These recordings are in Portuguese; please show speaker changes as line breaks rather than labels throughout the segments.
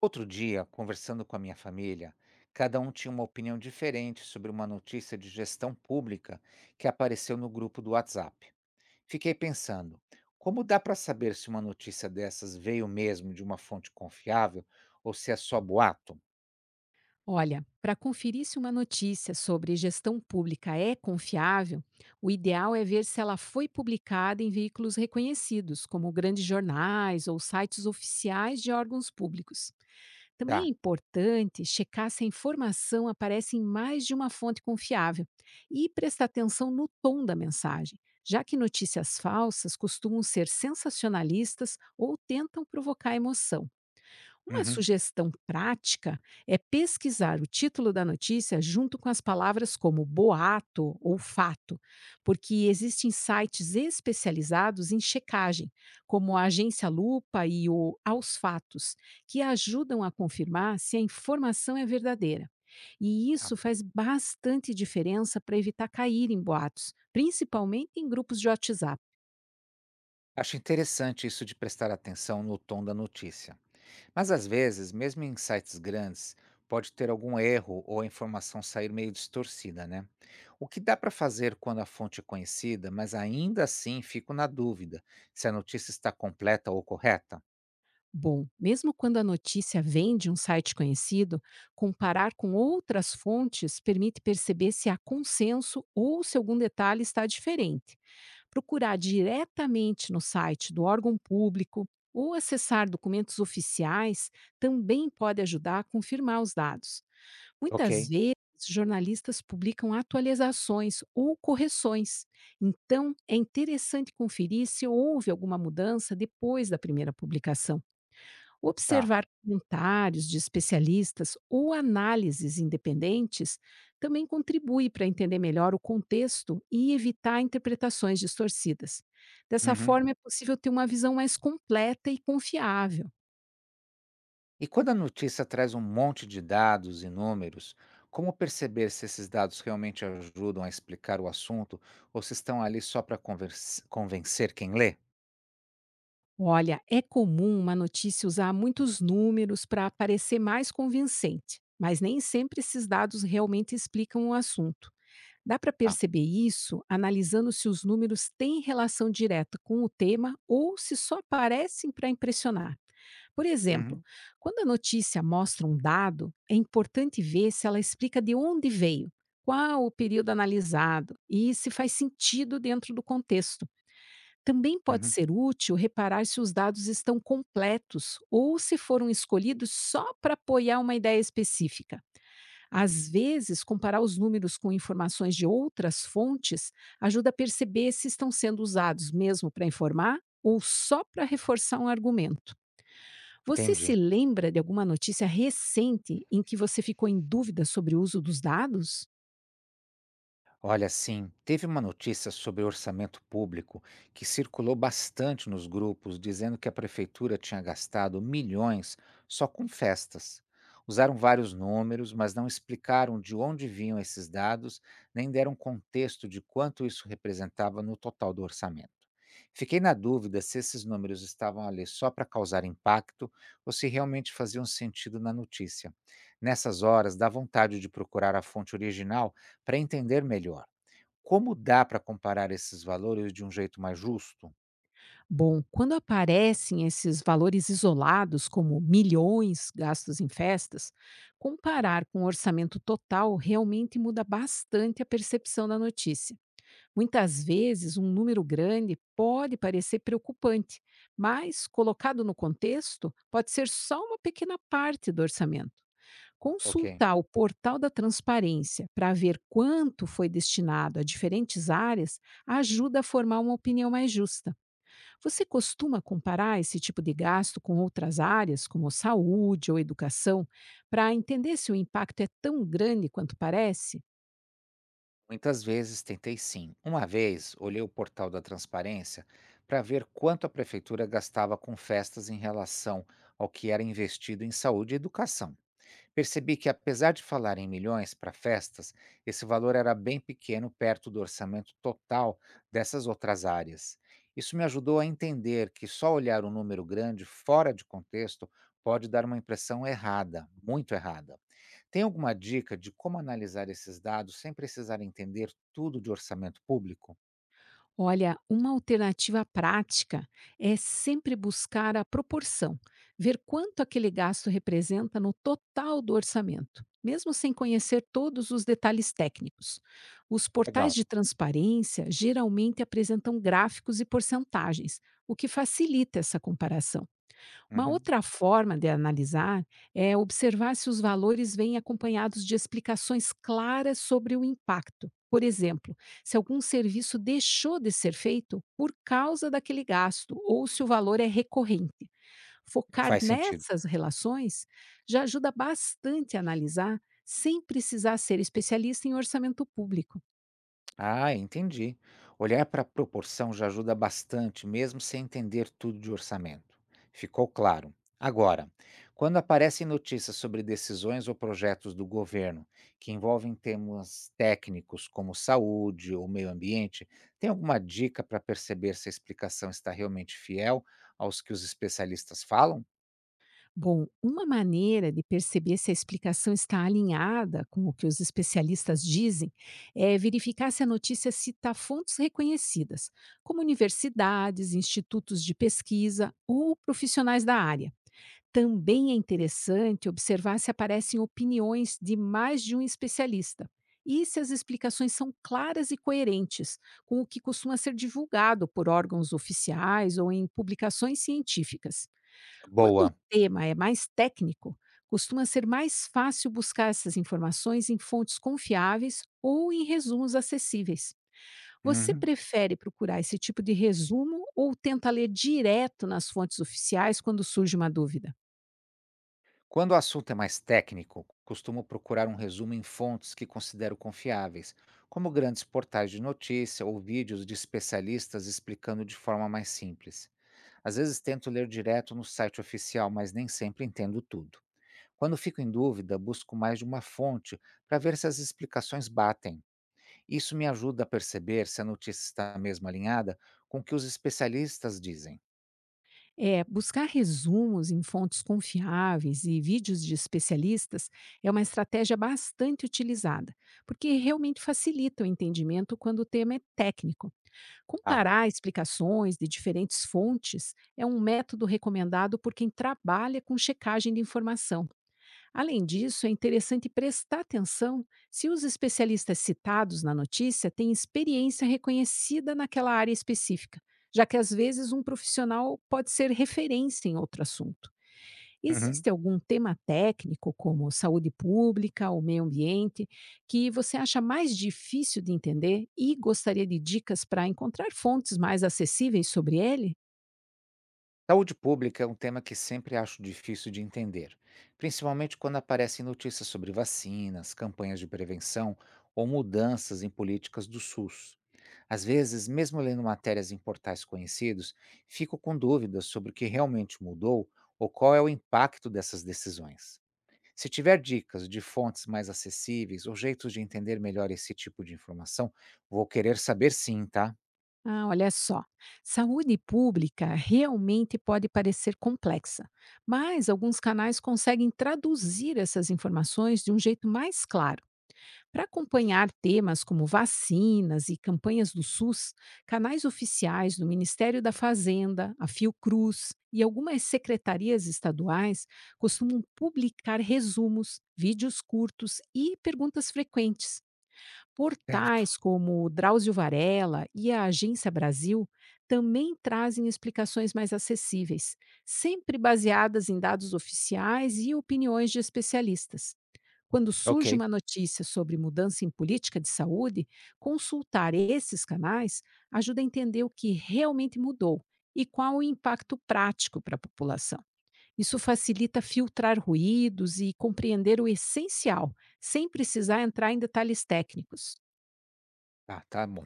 Outro dia, conversando com a minha família, cada um tinha uma opinião diferente sobre uma notícia de gestão pública que apareceu no grupo do WhatsApp. Fiquei pensando, como dá para saber se uma notícia dessas veio mesmo de uma fonte confiável ou se é só boato?
Olha, para conferir se uma notícia sobre gestão pública é confiável, o ideal é ver se ela foi publicada em veículos reconhecidos, como grandes jornais ou sites oficiais de órgãos públicos. Também é
Tá.
importante checar se a informação aparece em mais de uma fonte confiável e prestar atenção no tom da mensagem, já que notícias falsas costumam ser sensacionalistas ou tentam provocar emoção. Uma
Uhum.
sugestão prática é pesquisar o título da notícia junto com as palavras como boato ou fato, porque existem sites especializados em checagem, como a Agência Lupa e o Aos Fatos, que ajudam a confirmar se a informação é verdadeira. E
Tá.
isso faz bastante diferença para evitar cair em boatos, principalmente em grupos de WhatsApp.
Acho interessante isso de prestar atenção no tom da notícia. Mas às vezes, mesmo em sites grandes, pode ter algum erro ou a informação sair meio distorcida, né? O que dá para fazer quando a fonte é conhecida, mas ainda assim fico na dúvida se a notícia está completa ou correta?
Bom, mesmo quando a notícia vem de um site conhecido, comparar com outras fontes permite perceber se há consenso ou se algum detalhe está diferente. Procurar diretamente no site do órgão público ou acessar documentos oficiais também pode ajudar a confirmar os dados.
Ok.
Muitas vezes, jornalistas publicam atualizações ou correções, então é interessante conferir se houve alguma mudança depois da primeira publicação.
Tá.
Observar comentários de especialistas ou análises independentes também contribui para entender melhor o contexto e evitar interpretações distorcidas. Dessa
Uhum.
forma, é possível ter uma visão mais completa e confiável.
E quando a notícia traz um monte de dados e números, como perceber se esses dados realmente ajudam a explicar o assunto ou se estão ali só para convencer quem lê?
Olha, é comum uma notícia usar muitos números para parecer mais convincente, mas nem sempre esses dados realmente explicam o assunto. Dá para
Tá.
perceber isso analisando se os números têm relação direta com o tema ou se só aparecem para impressionar. Por exemplo,
Uhum.
quando a notícia mostra um dado, é importante ver se ela explica de onde veio, qual o período analisado e se faz sentido dentro do contexto. Também pode
Uhum.
ser útil reparar se os dados estão completos ou se foram escolhidos só para apoiar uma ideia específica. Às vezes, comparar os números com informações de outras fontes ajuda a perceber se estão sendo usados mesmo para informar ou só para reforçar um argumento. Você se
Entendi.
lembra de alguma notícia recente em que você ficou em dúvida sobre o uso dos dados?
Olha, sim, teve uma notícia sobre orçamento público que circulou bastante nos grupos, dizendo que a prefeitura tinha gastado milhões só com festas. Usaram vários números, mas não explicaram de onde vinham esses dados, nem deram contexto de quanto isso representava no total do orçamento. Fiquei na dúvida se esses números estavam ali só para causar impacto ou se realmente faziam sentido na notícia. Nessas horas, dá vontade de procurar a fonte original para entender melhor como dá para comparar esses valores de um jeito mais justo?
Bom, quando aparecem esses valores isolados, como milhões gastos em festas, comparar com o orçamento total realmente muda bastante a percepção da notícia. Muitas vezes, um número grande pode parecer preocupante, mas, colocado no contexto, pode ser só uma pequena parte do orçamento.
Ok.
Consultar o portal da transparência para ver quanto foi destinado a diferentes áreas ajuda a formar uma opinião mais justa. Você costuma comparar esse tipo de gasto com outras áreas, como saúde ou educação, para entender se o impacto é tão grande quanto parece?
Muitas vezes tentei sim. Uma vez, olhei o portal da transparência para ver quanto a prefeitura gastava com festas em relação ao que era investido em saúde e educação. Percebi que, apesar de falar em milhões para festas, esse valor era bem pequeno perto do orçamento total dessas outras áreas. Isso me ajudou a entender que só olhar um número grande fora de contexto pode dar uma impressão errada, muito errada. Tem alguma dica de como analisar esses dados sem precisar entender tudo de orçamento público?
Olha, uma alternativa prática é sempre buscar a proporção, ver quanto aquele gasto representa no total do orçamento, mesmo sem conhecer todos os detalhes técnicos. Os portais
Legal.
de transparência geralmente apresentam gráficos e porcentagens, o que facilita essa comparação. Uma
Uhum.
outra forma de analisar é observar se os valores vêm acompanhados de explicações claras sobre o impacto. Por exemplo, se algum serviço deixou de ser feito por causa daquele gasto ou se o valor é recorrente. Focar
Faz sentido.
nessas relações já ajuda bastante a analisar sem precisar ser especialista em orçamento público.
Ah, entendi. Olhar para a proporção já ajuda bastante, mesmo sem entender tudo de orçamento. Ficou claro. Agora, quando aparecem notícias sobre decisões ou projetos do governo que envolvem temas técnicos como saúde ou meio ambiente, tem alguma dica para perceber se a explicação está realmente fiel aos que os especialistas falam?
Bom, uma maneira de perceber se a explicação está alinhada com o que os especialistas dizem é verificar se a notícia cita fontes reconhecidas, como universidades, institutos de pesquisa ou profissionais da área. Também é interessante observar se aparecem opiniões de mais de um especialista e se as explicações são claras e coerentes com o que costuma ser divulgado por órgãos oficiais ou em publicações científicas. Quando o
Boa.
tema é mais técnico, costuma ser mais fácil buscar essas informações em fontes confiáveis ou em resumos acessíveis. Você
Uhum.
prefere procurar esse tipo de resumo ou tenta ler direto nas fontes oficiais quando surge uma dúvida?
Quando o assunto é mais técnico, costumo procurar um resumo em fontes que considero confiáveis, como grandes portais de notícia ou vídeos de especialistas explicando de forma mais simples. Às vezes tento ler direto no site oficial, mas nem sempre entendo tudo. Quando fico em dúvida, busco mais de uma fonte para ver se as explicações batem. Isso me ajuda a perceber se a notícia está mesmo alinhada com o que os especialistas dizem.
É, buscar resumos em fontes confiáveis e vídeos de especialistas é uma estratégia bastante utilizada, porque realmente facilita o entendimento quando o tema é técnico.
Ah.
Comparar explicações de diferentes fontes é um método recomendado por quem trabalha com checagem de informação. Além disso, é interessante prestar atenção se os especialistas citados na notícia têm experiência reconhecida naquela área específica, já que às vezes um profissional pode ser referência em outro assunto.
Uhum.
Existe algum tema técnico, como saúde pública ou meio ambiente, que você acha mais difícil de entender e gostaria de dicas para encontrar fontes mais acessíveis sobre ele?
Saúde pública é um tema que sempre acho difícil de entender, principalmente quando aparecem notícias sobre vacinas, campanhas de prevenção ou mudanças em políticas do SUS. Às vezes, mesmo lendo matérias em portais conhecidos, fico com dúvidas sobre o que realmente mudou ou qual é o impacto dessas decisões. Se tiver dicas de fontes mais acessíveis ou jeitos de entender melhor esse tipo de informação, vou querer saber sim, tá?
Ah, olha só. Saúde pública realmente pode parecer complexa, mas alguns canais conseguem traduzir essas informações de um jeito mais claro. Para acompanhar temas como vacinas e campanhas do SUS, canais oficiais do Ministério da Fazenda, a Fiocruz e algumas secretarias estaduais costumam publicar resumos, vídeos curtos e perguntas frequentes.
Certo.
Portais como o Drauzio Varela e a Agência Brasil também trazem explicações mais acessíveis, sempre baseadas em dados oficiais e opiniões de especialistas. Quando
Ok.
surge uma notícia sobre mudança em política de saúde, consultar esses canais ajuda a entender o que realmente mudou e qual o impacto prático para a população. Isso facilita filtrar ruídos e compreender o essencial, sem precisar entrar em detalhes técnicos.
Ah, tá bom.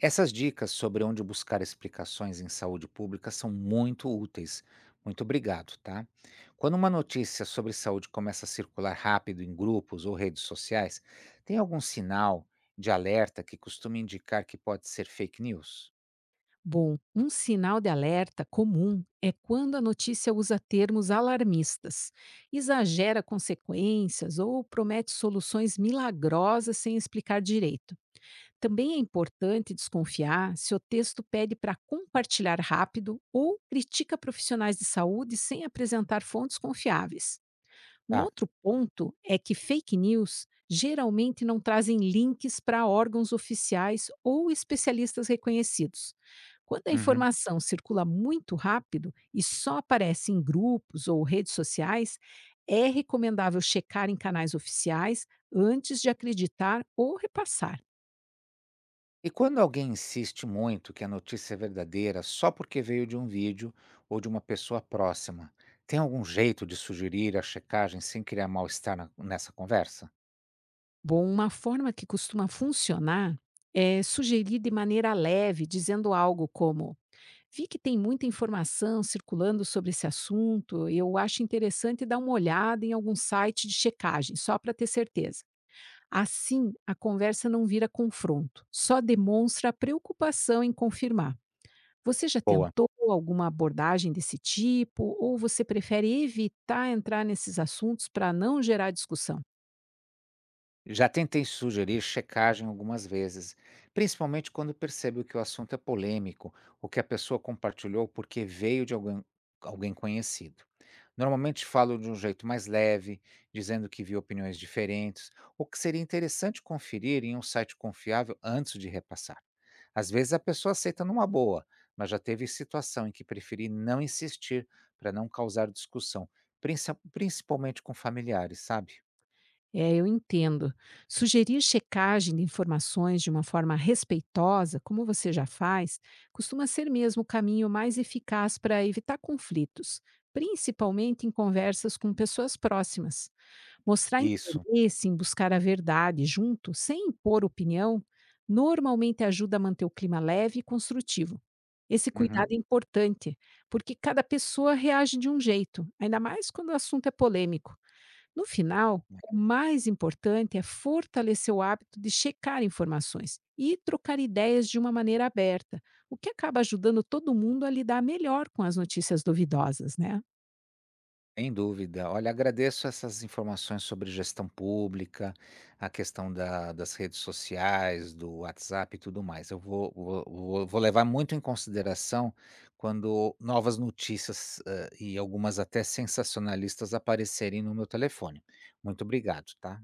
Essas dicas sobre onde buscar explicações em saúde pública são muito úteis. Muito obrigado, tá? Quando uma notícia sobre saúde começa a circular rápido em grupos ou redes sociais, tem algum sinal de alerta que costuma indicar que pode ser fake news?
Bom, um sinal de alerta comum é quando a notícia usa termos alarmistas, exagera consequências ou promete soluções milagrosas sem explicar direito. Também é importante desconfiar se o texto pede para compartilhar rápido ou critica profissionais de saúde sem apresentar fontes confiáveis. Um
Tá.
outro ponto é que fake news geralmente não trazem links para órgãos oficiais ou especialistas reconhecidos. Quando a
Uhum.
informação circula muito rápido e só aparece em grupos ou redes sociais, é recomendável checar em canais oficiais antes de acreditar ou repassar.
E quando alguém insiste muito que a notícia é verdadeira só porque veio de um vídeo ou de uma pessoa próxima, tem algum jeito de sugerir a checagem sem criar mal-estar nessa conversa?
Bom, uma forma que costuma funcionar é sugerir de maneira leve, dizendo algo como: vi que tem muita informação circulando sobre esse assunto, eu acho interessante dar uma olhada em algum site de checagem, só para ter certeza. Assim, a conversa não vira confronto, só demonstra preocupação em confirmar. Você já
Boa.
tentou alguma abordagem desse tipo ou você prefere evitar entrar nesses assuntos para não gerar discussão?
Já tentei sugerir checagem algumas vezes, principalmente quando percebo que o assunto é polêmico ou que a pessoa compartilhou porque veio de alguém, alguém conhecido. Normalmente falo de um jeito mais leve, dizendo que vi opiniões diferentes ou que seria interessante conferir em um site confiável antes de repassar. Às vezes a pessoa aceita numa boa, mas já teve situação em que preferi não insistir para não causar discussão, principalmente com familiares, sabe?
É, eu entendo. Sugerir checagem de informações de uma forma respeitosa, como você já faz, costuma ser mesmo o caminho mais eficaz para evitar conflitos, principalmente em conversas com pessoas próximas. Mostrar
Isso.
interesse em buscar a verdade junto, sem impor opinião, normalmente ajuda a manter o clima leve e construtivo. Esse cuidado
Uhum.
é importante, porque cada pessoa reage de um jeito, ainda mais quando o assunto é polêmico. No final, o mais importante é fortalecer o hábito de checar informações e trocar ideias de uma maneira aberta, o que acaba ajudando todo mundo a lidar melhor com as notícias duvidosas, né?
Sem dúvida. Olha, agradeço essas informações sobre gestão pública, a questão da das redes sociais, do WhatsApp e tudo mais. Eu vou levar muito em consideração quando novas notícias, e algumas até sensacionalistas aparecerem no meu telefone. Muito obrigado, tá?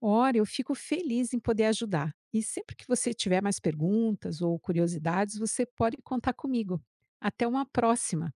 Ora, eu fico feliz em poder ajudar. E sempre que você tiver mais perguntas ou curiosidades, você pode contar comigo. Até uma próxima!